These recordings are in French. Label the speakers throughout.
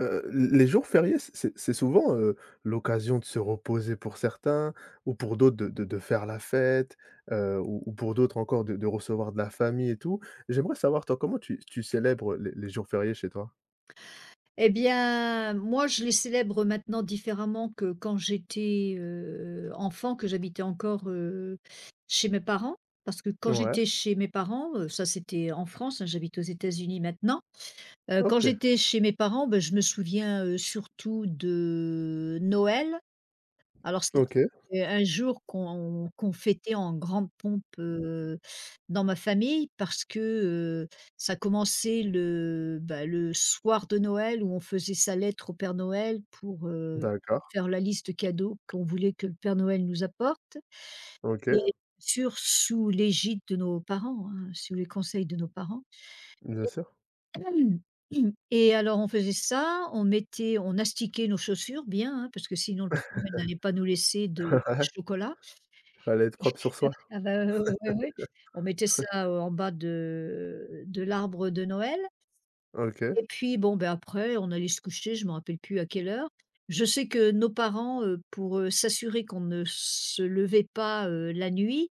Speaker 1: Les jours fériés, c'est souvent, l'occasion de se reposer pour certains ou pour d'autres de faire la fête, ou pour d'autres encore de recevoir de la famille et tout. J'aimerais savoir, toi, comment tu célèbres les jours fériés chez toi?
Speaker 2: Eh bien, moi, je les célèbre maintenant différemment que quand j'étais, enfant, que j'habitais encore, chez mes parents. Parce que quand
Speaker 1: Ouais.
Speaker 2: j'étais chez mes parents, ça c'était en France, hein, j'habite aux États-Unis maintenant. Quand
Speaker 1: OK.
Speaker 2: j'étais chez mes parents, bah, je me souviens, surtout de Noël. Alors c'était,
Speaker 1: OK.
Speaker 2: un jour qu'on fêtait en grande pompe, dans ma famille parce que, ça commençait le, bah, le soir de Noël où on faisait sa lettre au Père Noël pour,
Speaker 1: D'accord.
Speaker 2: faire la liste cadeaux qu'on voulait que le Père Noël nous apporte, et
Speaker 1: OK.
Speaker 2: bien sûr sous l'égide de nos parents, hein, sous les conseils de nos parents.
Speaker 1: Bien sûr.
Speaker 2: Et alors on faisait ça, on astiquait nos chaussures bien, hein, parce que sinon le Père Noël n'allait pas nous laisser de
Speaker 1: Ouais,
Speaker 2: chocolat.
Speaker 1: fallait être propre sur soi.
Speaker 2: Ah bah, ouais, ouais. On mettait ça, en bas de l'arbre de Noël,
Speaker 1: OK.
Speaker 2: et puis bon, ben, après, on allait se coucher, je me rappelle plus à quelle heure. Je sais que nos parents, pour, s'assurer qu'on ne se levait pas, la nuit,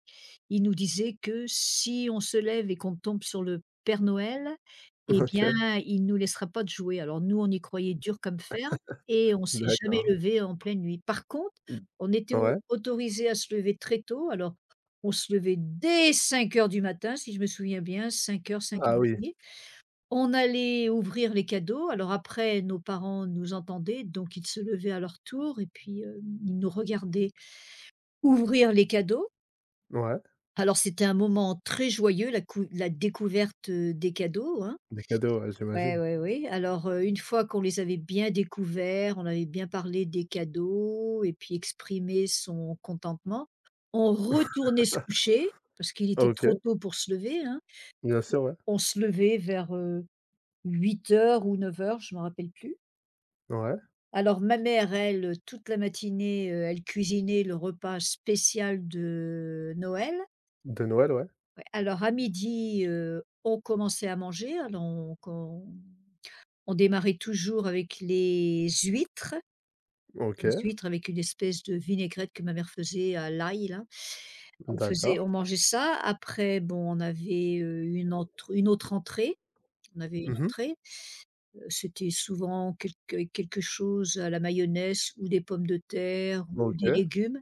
Speaker 2: ils nous disaient que si on se lève et qu'on tombe sur le Père Noël, eh bien,
Speaker 1: OK.
Speaker 2: il ne nous laissera pas de jouer. Alors nous, on y croyait dur comme fer et on s'est jamais
Speaker 1: D'accord.
Speaker 2: levé en pleine nuit. Par contre, on était au
Speaker 1: Ouais.
Speaker 2: autorisés à se lever très tôt. Alors, on se levait dès 5 heures du matin, si je me souviens bien,
Speaker 1: Ah oui,
Speaker 2: 05:00-05:30. On allait ouvrir les cadeaux. Alors après, nos parents nous entendaient, donc ils se levaient à leur tour et puis, ils nous regardaient ouvrir les cadeaux.
Speaker 1: ouais.
Speaker 2: Alors c'était un moment très joyeux, la découverte, des cadeaux, hein.
Speaker 1: Des cadeaux, ouais,
Speaker 2: Ouais,
Speaker 1: j'imagine.
Speaker 2: ouais, oui. Alors, une fois qu'on les avait bien découverts, on avait bien parlé des cadeaux et puis exprimé son contentement, on retournait se coucher parce qu'il était
Speaker 1: OK,
Speaker 2: trop tôt pour se lever, hein.
Speaker 1: bien sûr, ouais.
Speaker 2: On se levait vers, 8 heures ou 9 heures, je ne me rappelle plus.
Speaker 1: Ouais.
Speaker 2: Alors ma mère, elle, toute la matinée, elle cuisinait le repas spécial de Noël.
Speaker 1: De Noël, ouais.
Speaker 2: Ouais, alors à midi, on commençait à manger, alors on démarrait toujours avec
Speaker 1: OK,
Speaker 2: les huîtres avec une espèce de vinaigrette que ma mère faisait à l'ail là.
Speaker 1: d'accord.
Speaker 2: On mangeait ça, après bon, on avait, une autre entrée, on avait une
Speaker 1: Mmh mh.
Speaker 2: entrée c'était souvent quelque chose à la mayonnaise ou des pommes de terre ou des
Speaker 1: OK.
Speaker 2: légumes,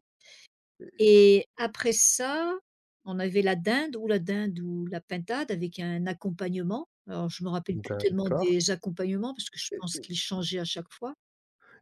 Speaker 2: et après ça, on avait la dinde ou la pintade avec un accompagnement. Alors je me rappelle plus tellement
Speaker 1: D'accord.
Speaker 2: des accompagnements parce que je
Speaker 1: Et
Speaker 2: pense
Speaker 1: et
Speaker 2: qu'ils changeaient à chaque fois.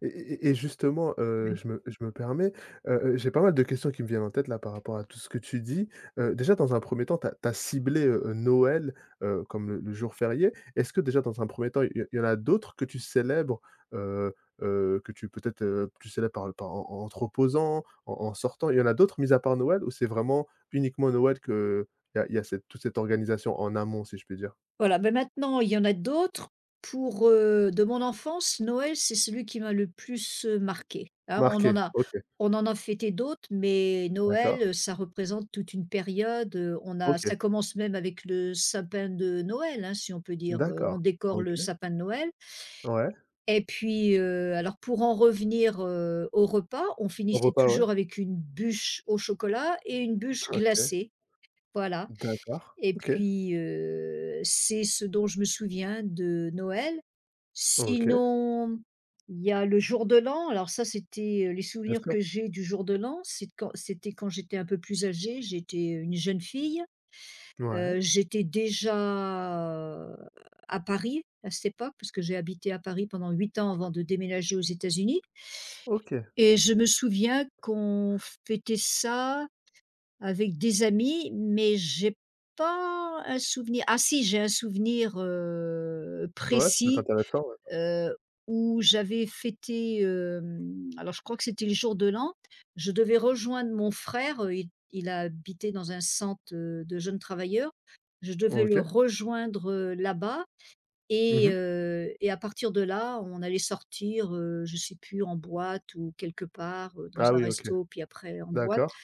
Speaker 1: et justement,
Speaker 2: Ouais.
Speaker 1: je me permets, j'ai pas mal de questions qui me viennent en tête là par rapport à tout ce que tu dis. Déjà dans un premier temps, tu as ciblé, Noël, comme le jour férié. Est-ce que déjà dans un premier temps, il y en a d'autres que tu célèbres, heu que tu peut-être, tu célèbres par en te reposant, en sortant? Il y en a d'autres mis à part Noël, ou c'est vraiment uniquement Noël qu'il y a cette toute cette organisation en amont, si je puis dire?
Speaker 2: Voilà, ben, maintenant il y en a d'autres. Pour, de mon enfance, Noël, c'est celui qui m'a le plus, marquée. Hein,
Speaker 1: Marqué, OK,
Speaker 2: on en a fêté d'autres, mais
Speaker 1: d'accord,
Speaker 2: Noël, ça représente toute une période, on a
Speaker 1: OK,
Speaker 2: ça commence même avec le sapin de Noël, hein, si on peut dire, on
Speaker 1: d'accord,
Speaker 2: décore
Speaker 1: OK,
Speaker 2: le sapin de Noël,
Speaker 1: ouais,
Speaker 2: et puis, alors pour en revenir, au repas, on
Speaker 1: au
Speaker 2: finissait
Speaker 1: repas, ouais,
Speaker 2: toujours avec une bûche au chocolat et une bûche
Speaker 1: OK.
Speaker 2: glacée, voilà.
Speaker 1: D'accord.
Speaker 2: Et
Speaker 1: OK.
Speaker 2: puis, c'est ce dont je me souviens de Noël.
Speaker 1: OK.
Speaker 2: Sinon, il y a le jour de l'an. Alors ça, c'était, les
Speaker 1: Bien
Speaker 2: souvenirs
Speaker 1: sûr.
Speaker 2: que j'ai du jour de l'an, c'est quand c'était quand j'étais un peu plus âgée, j'étais une jeune fille.
Speaker 1: Ouais.
Speaker 2: J'étais déjà, heu, à Paris à cette époque, parce que j'ai habité à Paris pendant 8 ans avant de déménager aux États-Unis,
Speaker 1: OK.
Speaker 2: et je me souviens qu'on fêtait ça avec des amis, mais j'ai pas un souvenir. Ah si, j'ai un souvenir,
Speaker 1: Ouais, ça peut être
Speaker 2: précis,
Speaker 1: intéressant, ouais.
Speaker 2: heu, où j'avais fêté, alors je crois que c'était le jour de l'an. Je devais rejoindre mon frère, il habitait dans un centre, de jeunes travailleurs. Je devais
Speaker 1: OK.
Speaker 2: le rejoindre, là-bas,
Speaker 1: Mmh
Speaker 2: et
Speaker 1: mh.
Speaker 2: heu et à partir de là, on allait sortir, je sais plus en boîte ou quelque part,
Speaker 1: Ah
Speaker 2: dans un
Speaker 1: oui, OK.
Speaker 2: resto, puis après en boîte.
Speaker 1: D'accord.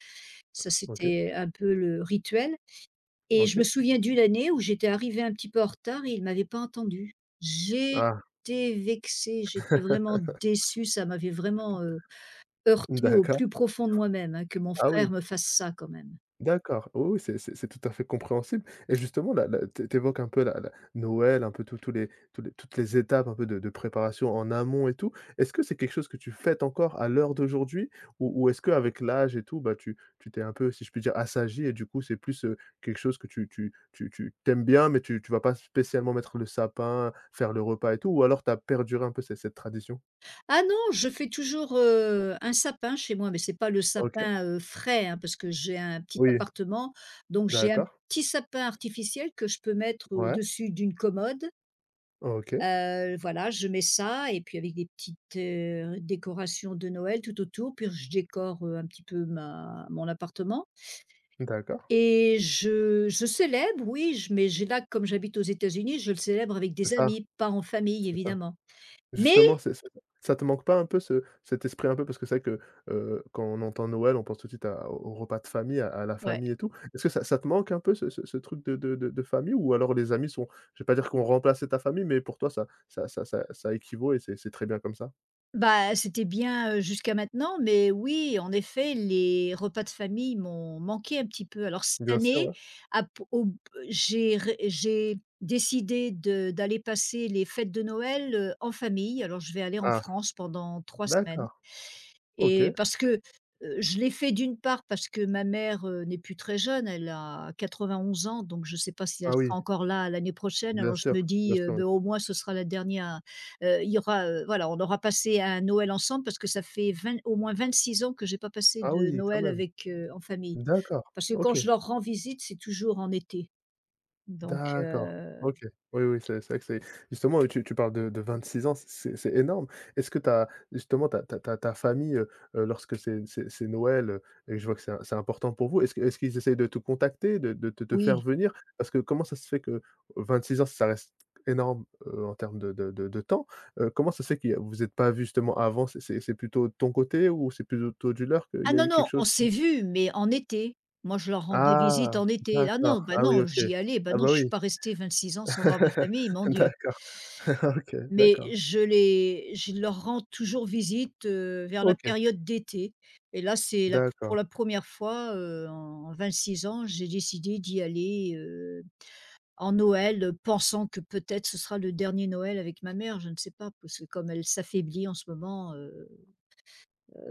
Speaker 2: Ça,
Speaker 1: OK.
Speaker 2: c'était un peu le rituel, et je
Speaker 1: OK.
Speaker 2: me souviens d'une année où j'étais arrivée un petit peu en retard et ils m'avait pas entendue.
Speaker 1: Ah!
Speaker 2: J'étais vexée, j'étais vraiment déçue, ça m'avait vraiment, heurtée au
Speaker 1: D'accord.
Speaker 2: plus profond de moi-même, hein, que mon
Speaker 1: Ah
Speaker 2: frère
Speaker 1: oui!
Speaker 2: me fasse ça quand même.
Speaker 1: D'accord, oui, oui, c'est tout à fait compréhensible, et justement là tu é évoques un peu la Noël, un peu tous tous les toutes les étapes un peu de préparation en amont et tout. Est-ce que c'est quelque chose que tu fêtes encore à l'heure d'aujourd'hui? Ou est-ce qu'avec l'âge et tout, bah, tu t'es un peu, si je puis dire, assagi, et du coup, c'est plus, quelque chose que tu t'aimes bien, mais tu vas pas spécialement mettre le sapin, faire le repas et tout? Ou alors tu as perduré un peu cette tradition?
Speaker 2: Ah non, je fais toujours, un sapin chez moi, mais c'est pas le
Speaker 1: OK,
Speaker 2: sapin, frais, hein, parce que j'ai un petit
Speaker 1: oui,
Speaker 2: appartement, donc j'ai un
Speaker 1: d'accord,
Speaker 2: petit sapin artificiel que je peux mettre
Speaker 1: ouais,
Speaker 2: au-dessus d'une commode.
Speaker 1: OK,
Speaker 2: Voilà, je mets ça, et puis avec des petites, décorations de Noël tout autour, puis je décore, un petit peu ma mon appartement,
Speaker 1: d'accord,
Speaker 2: et je célèbre, oui, je mais j'ai là, comme j'habite aux États-Unis, je le célèbre avec
Speaker 1: c'est
Speaker 2: des
Speaker 1: ça,
Speaker 2: amis, pas en famille
Speaker 1: c'est ça.
Speaker 2: évidemment. Mais
Speaker 1: Justement, c'est ça, ça te manque pas un peu ce cet esprit un peu, parce que c'est vrai que, quand on entend Noël, on pense tout de suite à au repas de famille, à la
Speaker 2: ouais.
Speaker 1: famille et tout. Est-ce que ça te manque un peu ce truc de famille, ou alors les amis sont, je vais pas dire qu'on remplace ta famille, mais pour toi ça équivaut et c'est très bien comme ça?
Speaker 2: Bah, c'était bien, jusqu'à maintenant, mais oui, en effet, les repas de famille m'ont manqué un petit peu. Alors cette
Speaker 1: Bien sûr,
Speaker 2: année,
Speaker 1: ouais.
Speaker 2: à p au b j'ai décidé de d'aller passer les fêtes de Noël, en famille. Alors je vais aller en
Speaker 1: Ah,
Speaker 2: France pendant 3 semaines.
Speaker 1: d'accord, OK.
Speaker 2: Et parce que, je l'ai fait d'une part parce que ma mère, n'est plus très jeune, elle a 91 ans, donc je ne sais pas si elle
Speaker 1: Ah oui,
Speaker 2: sera encore là l'année prochaine.
Speaker 1: bien
Speaker 2: Alors je
Speaker 1: sûr,
Speaker 2: me
Speaker 1: bien
Speaker 2: dis,
Speaker 1: sûr, oui.
Speaker 2: ben, au moins ce sera la dernière, il y aura, voilà, on aura passé un Noël ensemble parce que ça fait 20, au moins 26 ans que j'ai pas passé
Speaker 1: Ah
Speaker 2: de
Speaker 1: oui, quand
Speaker 2: Noël
Speaker 1: même.
Speaker 2: avec, en famille.
Speaker 1: D'accord,
Speaker 2: Parce que quand
Speaker 1: OK.
Speaker 2: je leur rends visite, c'est toujours en été. Donc,
Speaker 1: D'accord. OK. Oui, oui, c'est vrai que c'est, justement, tu parles de 6 ans, c'est énorme. Est-ce que tu as justement ta famille, lorsque c'est Noël, et je vois que c'est important pour vous, est-ce qu'ils essayent de te contacter, de te faire
Speaker 2: oui.
Speaker 1: venir? Parce que comment ça se fait que 26 ans, ça reste énorme, en termes de temps. Comment ça se fait que vous êtes pas vus justement avant? C'est plutôt de ton côté, ou c'est plutôt du leur qu'il
Speaker 2: Ah
Speaker 1: y a
Speaker 2: non,
Speaker 1: eu quelque
Speaker 2: non, on
Speaker 1: chose?
Speaker 2: s'est vus, mais en été. Moi, je leur rendais visite
Speaker 1: Ah!
Speaker 2: en été. Ah
Speaker 1: D'accord.
Speaker 2: non, bah
Speaker 1: Ah oui,
Speaker 2: non,
Speaker 1: OK.
Speaker 2: j'y allais, bah
Speaker 1: Ah
Speaker 2: non,
Speaker 1: bah
Speaker 2: je
Speaker 1: oui.
Speaker 2: suis pas restée 26 ans sans voir ma famille, mon Dieu.
Speaker 1: D'accord. Ah OK,
Speaker 2: Mais
Speaker 1: d'accord.
Speaker 2: je leur rends toujours visite, vers la
Speaker 1: OK,
Speaker 2: période d'été, et là, c'est la pour
Speaker 1: d'accord.
Speaker 2: la première fois, en 6 ans, j'ai décidé d'y aller, en Noël, pensant que peut-être ce sera le dernier Noël avec ma mère, je ne sais pas, parce que comme elle s'affaiblit en ce moment,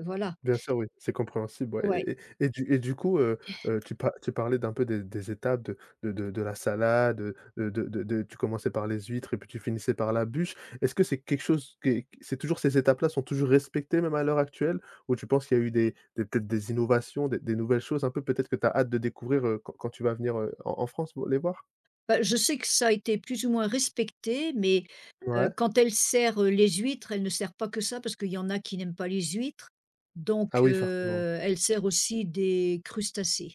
Speaker 2: voilà.
Speaker 1: Bien sûr, oui, c'est compréhensible,
Speaker 2: Ouais.
Speaker 1: ouais, du coup, tu parlais d'un peu des étapes de la salade, de tu commençais par les huîtres et puis tu finissais par la bûche. Est-ce que c'est quelque chose qui est c'est toujours ces étapes-là sont toujours respectées même à l'heure actuelle? Ou tu penses qu'il y a eu des peut-être des innovations, des nouvelles choses un peu peut-être que tu as hâte de découvrir, quand tu vas venir, en France, vo les voir?
Speaker 2: Bah, je sais que ça a été plus ou moins respecté, mais
Speaker 1: Ouais.
Speaker 2: quand elle sert, les huîtres, elle ne sert pas que ça parce qu'il y en a qui n'aiment pas les huîtres, donc
Speaker 1: Ah oui, forcément.
Speaker 2: elle sert aussi des crustacés.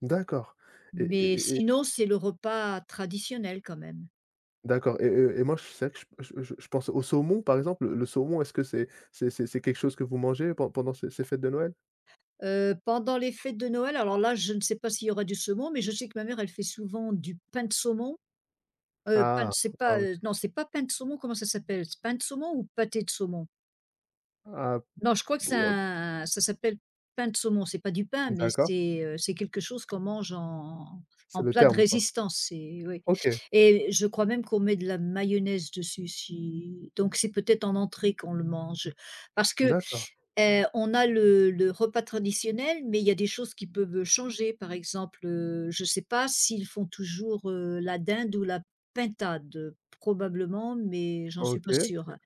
Speaker 1: D'accord et
Speaker 2: Mais
Speaker 1: et et
Speaker 2: sinon, c'est le repas traditionnel quand même.
Speaker 1: D'accord, et moi, je c'est vrai que je pense au saumon, par exemple. Le saumon, est-ce que c'est quelque chose que vous mangez pendant ces fêtes de Noël?
Speaker 2: Pendant les fêtes de Noël, alors là, je ne sais pas s'il y aura du saumon, mais je sais que ma mère, elle fait souvent du pain de saumon, pain
Speaker 1: Ah,
Speaker 2: de c'est
Speaker 1: ah
Speaker 2: pas,
Speaker 1: oui.
Speaker 2: non, c'est pas pain de saumon, comment ça s'appelle? C'est pain de saumon ou pâté de saumon?
Speaker 1: Ah,
Speaker 2: Non, je crois que c'est
Speaker 1: ouais,
Speaker 2: un ça s'appelle pain de saumon. C'est pas du pain, mais
Speaker 1: d'accord,
Speaker 2: c'est quelque chose qu'on mange en
Speaker 1: c'est
Speaker 2: en
Speaker 1: le
Speaker 2: plat de
Speaker 1: terme, quoi.
Speaker 2: résistance, c'est oui,
Speaker 1: OK,
Speaker 2: et je crois même qu'on met de la mayonnaise dessus si donc c'est peut-être en entrée qu'on le mange. Parce que,
Speaker 1: d'accord,
Speaker 2: on a le repas traditionnel, mais il y a des choses qui peuvent changer. Par exemple, je ne sais pas s'ils font toujours, la dinde ou la pintade, probablement, mais j'en suis pas
Speaker 1: OK,
Speaker 2: sûre.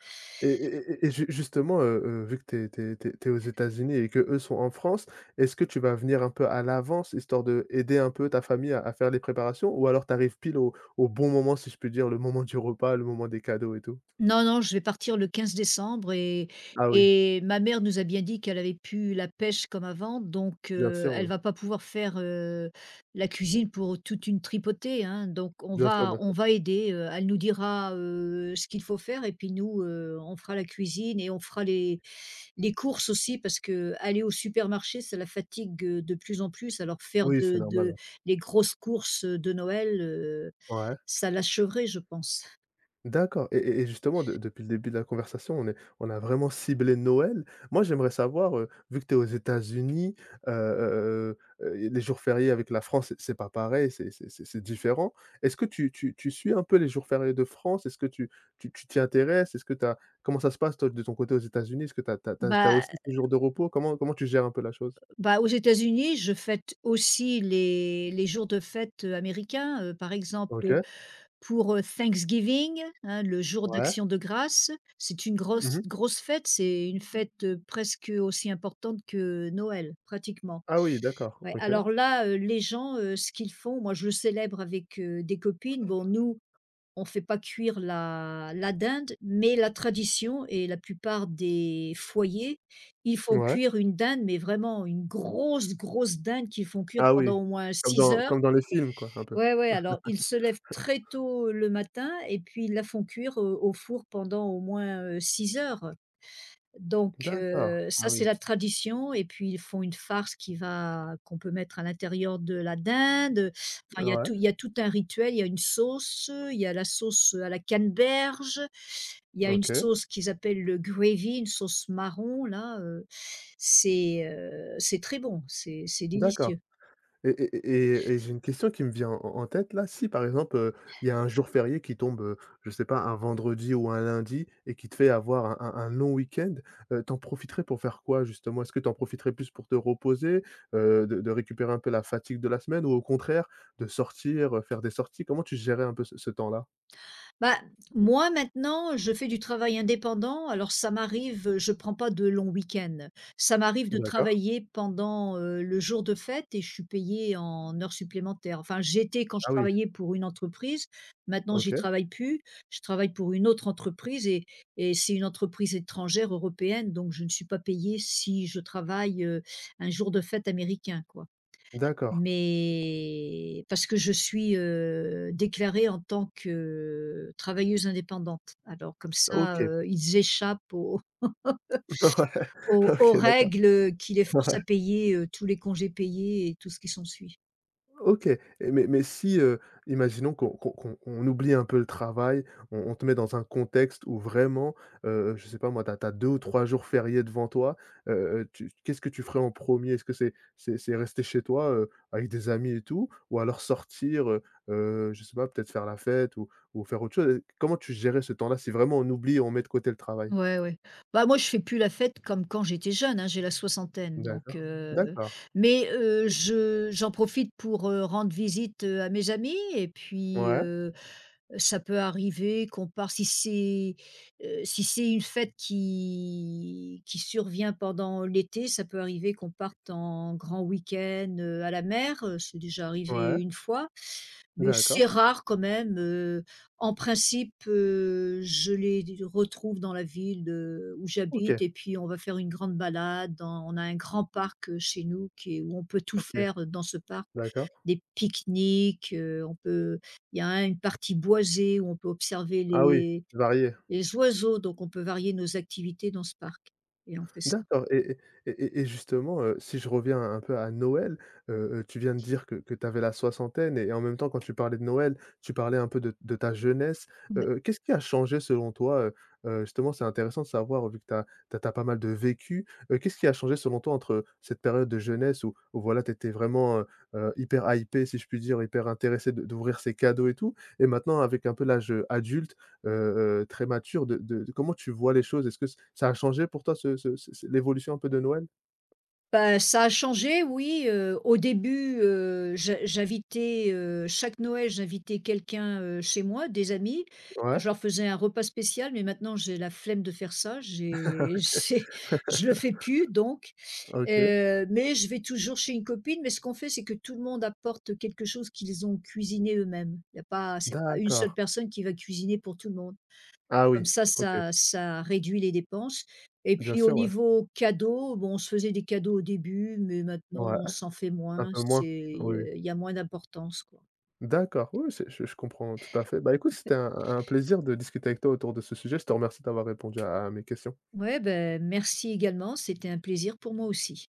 Speaker 1: ju justement, vu que tu es aux États-Unis, et que eux sont en France, est-ce que tu vas venir un peu à l'avance, histoire de aider un peu ta famille à faire les préparations? Ou alors tu arrives pile au bon moment, si je peux dire, le moment du repas, le moment des cadeaux et tout?
Speaker 2: Non, non, je vais partir le 15 décembre,
Speaker 1: Ah
Speaker 2: et ma mère nous a bien dit qu'elle avait pu la pêche comme avant, donc elle
Speaker 1: oui.
Speaker 2: va pas pouvoir faire, la cuisine pour toute une tripotée, hein, donc
Speaker 1: Bien sûr, bien
Speaker 2: on
Speaker 1: sûr.
Speaker 2: va aider, elle nous dira, ce qu'il faut faire, et puis nous, on fera la cuisine et on fera les courses aussi parce que aller au supermarché, ça la fatigue, de plus en plus. Alors faire
Speaker 1: Oui, c'est
Speaker 2: de
Speaker 1: normal,
Speaker 2: de
Speaker 1: hein.
Speaker 2: les grosses courses de Noël,
Speaker 1: Ouais.
Speaker 2: ça l'achèverait, je pense.
Speaker 1: D'accord, justement, de depuis le début de la conversation, on a vraiment ciblé Noël. Moi, j'aimerais savoir, vu que tu es aux États-Unis, et les jours fériés avec la France, c'est pas pareil, c'est différent. Est-ce que tu suis un peu les jours fériés de France? Est-ce que tu t'y intéresses? Est-ce que t'as comment ça se passe toi de ton côté aux États-Unis? Est-ce que tu
Speaker 2: Bah
Speaker 1: aussi ces jours de repos? Comment tu gères un peu la chose?
Speaker 2: Bah, aux États-Unis, je fête aussi les jours de fête, américains, par exemple,
Speaker 1: OK,
Speaker 2: pour, Thanksgiving, hein, le jour
Speaker 1: ouais.
Speaker 2: d'action de grâce. C'est une grosse
Speaker 1: Mmh
Speaker 2: grosse fête, c'est une fête, presque aussi importante que Noël, pratiquement.
Speaker 1: Ah oui, d'accord,
Speaker 2: Ouais,
Speaker 1: OK.
Speaker 2: alors là, les gens, ce qu'ils font, moi je le célèbre avec, des copines. Bon, nous, on fait pas cuire la dinde, mais la tradition et la plupart des foyers, ils font
Speaker 1: Ouais.
Speaker 2: cuire une dinde, mais vraiment une grosse, grosse dinde qu'ils font cuire
Speaker 1: Ah
Speaker 2: pendant
Speaker 1: oui,
Speaker 2: au moins
Speaker 1: comme
Speaker 2: 6
Speaker 1: dans
Speaker 2: heures.
Speaker 1: comme dans les films, quoi, un peu?
Speaker 2: Ouais, ouais, alors ils se lèvent très tôt le matin et puis ils la font cuire, au four pendant au moins, 6 heures. Donc,
Speaker 1: D'accord. Ah
Speaker 2: ça c'est
Speaker 1: oui.
Speaker 2: la tradition, et puis ils font une farce qui va qu'on peut mettre à l'intérieur de la dinde, enfin
Speaker 1: Ouais.
Speaker 2: il y a tout un rituel, il y a une sauce, il y a la sauce à la canneberge, il y a une
Speaker 1: OK.
Speaker 2: sauce qu'ils appellent le gravy, une sauce marron là, c'est très bon, c'est
Speaker 1: D'accord.
Speaker 2: délicieux.
Speaker 1: J'ai une question qui me vient en tête là. Si par exemple, il y a un jour férié qui tombe, je sais pas, un vendredi ou un lundi, et qui te fait avoir un long week-end, tu profiterais pour faire quoi justement? Est-ce que t'en profiterais plus pour te reposer, de récupérer un peu la fatigue de la semaine, ou au contraire de sortir, faire des sorties? Comment tu gérais un peu ce temps-là?
Speaker 2: Bah, moi maintenant, je fais du travail indépendant, alors ça m'arrive, je prends pas de longs week-ends. Ça m'arrive de
Speaker 1: D'accord.
Speaker 2: travailler pendant, le jour de fête, et je suis payée en heures supplémentaires. Enfin, j'étais quand je
Speaker 1: Ah oui.
Speaker 2: travaillais pour une entreprise, maintenant j'y
Speaker 1: OK.
Speaker 2: travaille plus. Je travaille pour une autre entreprise, et c'est une entreprise étrangère européenne, donc je ne suis pas payée si je travaille, un jour de fête américain, quoi.
Speaker 1: D'accord.
Speaker 2: Mais parce que je suis, déclarée en tant que travailleuse indépendante. Alors comme ça,
Speaker 1: OK.
Speaker 2: ils échappent aux
Speaker 1: Ouais.
Speaker 2: aux aux
Speaker 1: OK, d'accord.
Speaker 2: règles, qui les forcent à payer, tous les congés payés et tout ce qui s'ensuit.
Speaker 1: OK, mais si, imaginons qu'on qu'on qu'on on oublie un peu le travail, on te met dans un contexte où vraiment, je sais pas moi, tu as 2 ou 3 jours fériés devant toi, tu qu'est-ce que tu ferais en premier? Est-ce que c'est rester chez toi, avec des amis et tout? Ou alors sortir, je sais pas, peut-être faire la fête, ou faire autre chose? Comment tu gérais ce temps-là, si vraiment on oublie et on met de côté le travail?
Speaker 2: Ouais, ouais. Bah, moi, je fais plus la fête comme quand j'étais jeune, hein, j'ai la soixantaine, donc,
Speaker 1: D'accord, d'accord.
Speaker 2: mais je j'en profite pour, rendre visite, à mes amis, et puis,
Speaker 1: Ouais,
Speaker 2: heu Ça peut arriver qu'on part, si c'est, si c'est une fête qui survient pendant l'été, ça peut arriver qu'on parte en grand week-end, à la mer, c'est déjà arrivé
Speaker 1: ouais,
Speaker 2: une fois, mais c'est
Speaker 1: d'accord.
Speaker 2: rare quand même, en principe, je les retrouve dans la ville, où
Speaker 1: OK,
Speaker 2: j'habite, et puis on va faire une grande balade dans on a un grand parc, chez nous qui est où on peut tout
Speaker 1: OK,
Speaker 2: faire. Dans ce parc,
Speaker 1: d'accord.
Speaker 2: des pique-niques, on peut, il y a un une partie boisée où on peut observer
Speaker 1: Ah oui, varié.
Speaker 2: les oiseaux, donc on peut varier nos activités dans ce parc et on fait ça.
Speaker 1: D'accord, justement, si je reviens un peu à Noël, tu viens de dire que tu avais la soixantaine, et en même temps, quand tu parlais de Noël, tu parlais un peu de ta jeunesse.
Speaker 2: Ouais.
Speaker 1: Qu'est-ce qui a changé selon toi? Justement, c'est intéressant de savoir vu que tu as pas mal de vécu. Qu'est-ce qui a changé selon toi entre cette période de jeunesse où voilà, tu étais vraiment, hyper hypé, si je puis dire, hyper intéressé de d'ouvrir ces cadeaux et tout, et maintenant avec un peu l'âge, adulte, heu très mature, de comment tu vois les choses? Est-ce que ça a changé pour toi l'évolution un peu de Noël?
Speaker 2: Bah, ça a changé, oui, au début, j'invitais, chaque Noël, j'invitais quelqu'un, chez moi, des amis.
Speaker 1: Ouais,
Speaker 2: Je leur faisais un repas spécial, mais maintenant j'ai la flemme de faire ça, j'ai j'ai je le fais plus, donc
Speaker 1: OK,
Speaker 2: Mais je vais toujours chez une copine, mais ce qu'on fait, c'est que tout le monde apporte quelque chose qu'ils ont cuisiné eux-mêmes. Il y a pas, c'est pas une seule
Speaker 1: d'accord.
Speaker 2: personne qui va cuisiner pour tout le monde.
Speaker 1: Ah
Speaker 2: Comme
Speaker 1: oui,
Speaker 2: ça,
Speaker 1: OK,
Speaker 2: ça réduit les dépenses, et
Speaker 1: bien
Speaker 2: puis au
Speaker 1: sûr, ouais.
Speaker 2: niveau cadeaux, bon, on se faisait des cadeaux au début, mais maintenant
Speaker 1: Ouais,
Speaker 2: on s'en fait
Speaker 1: un
Speaker 2: moins,
Speaker 1: peu moins,
Speaker 2: c'est,
Speaker 1: oui, oui.
Speaker 2: il y a moins d'importance, quoi.
Speaker 1: D'accord, oui, oui, c'est je comprends tout à fait. Bah, écoute, c'était un plaisir de discuter avec toi autour de ce sujet. Je te remercie d'avoir répondu à mes questions.
Speaker 2: Ouais, ben merci également, c'était un plaisir pour moi aussi.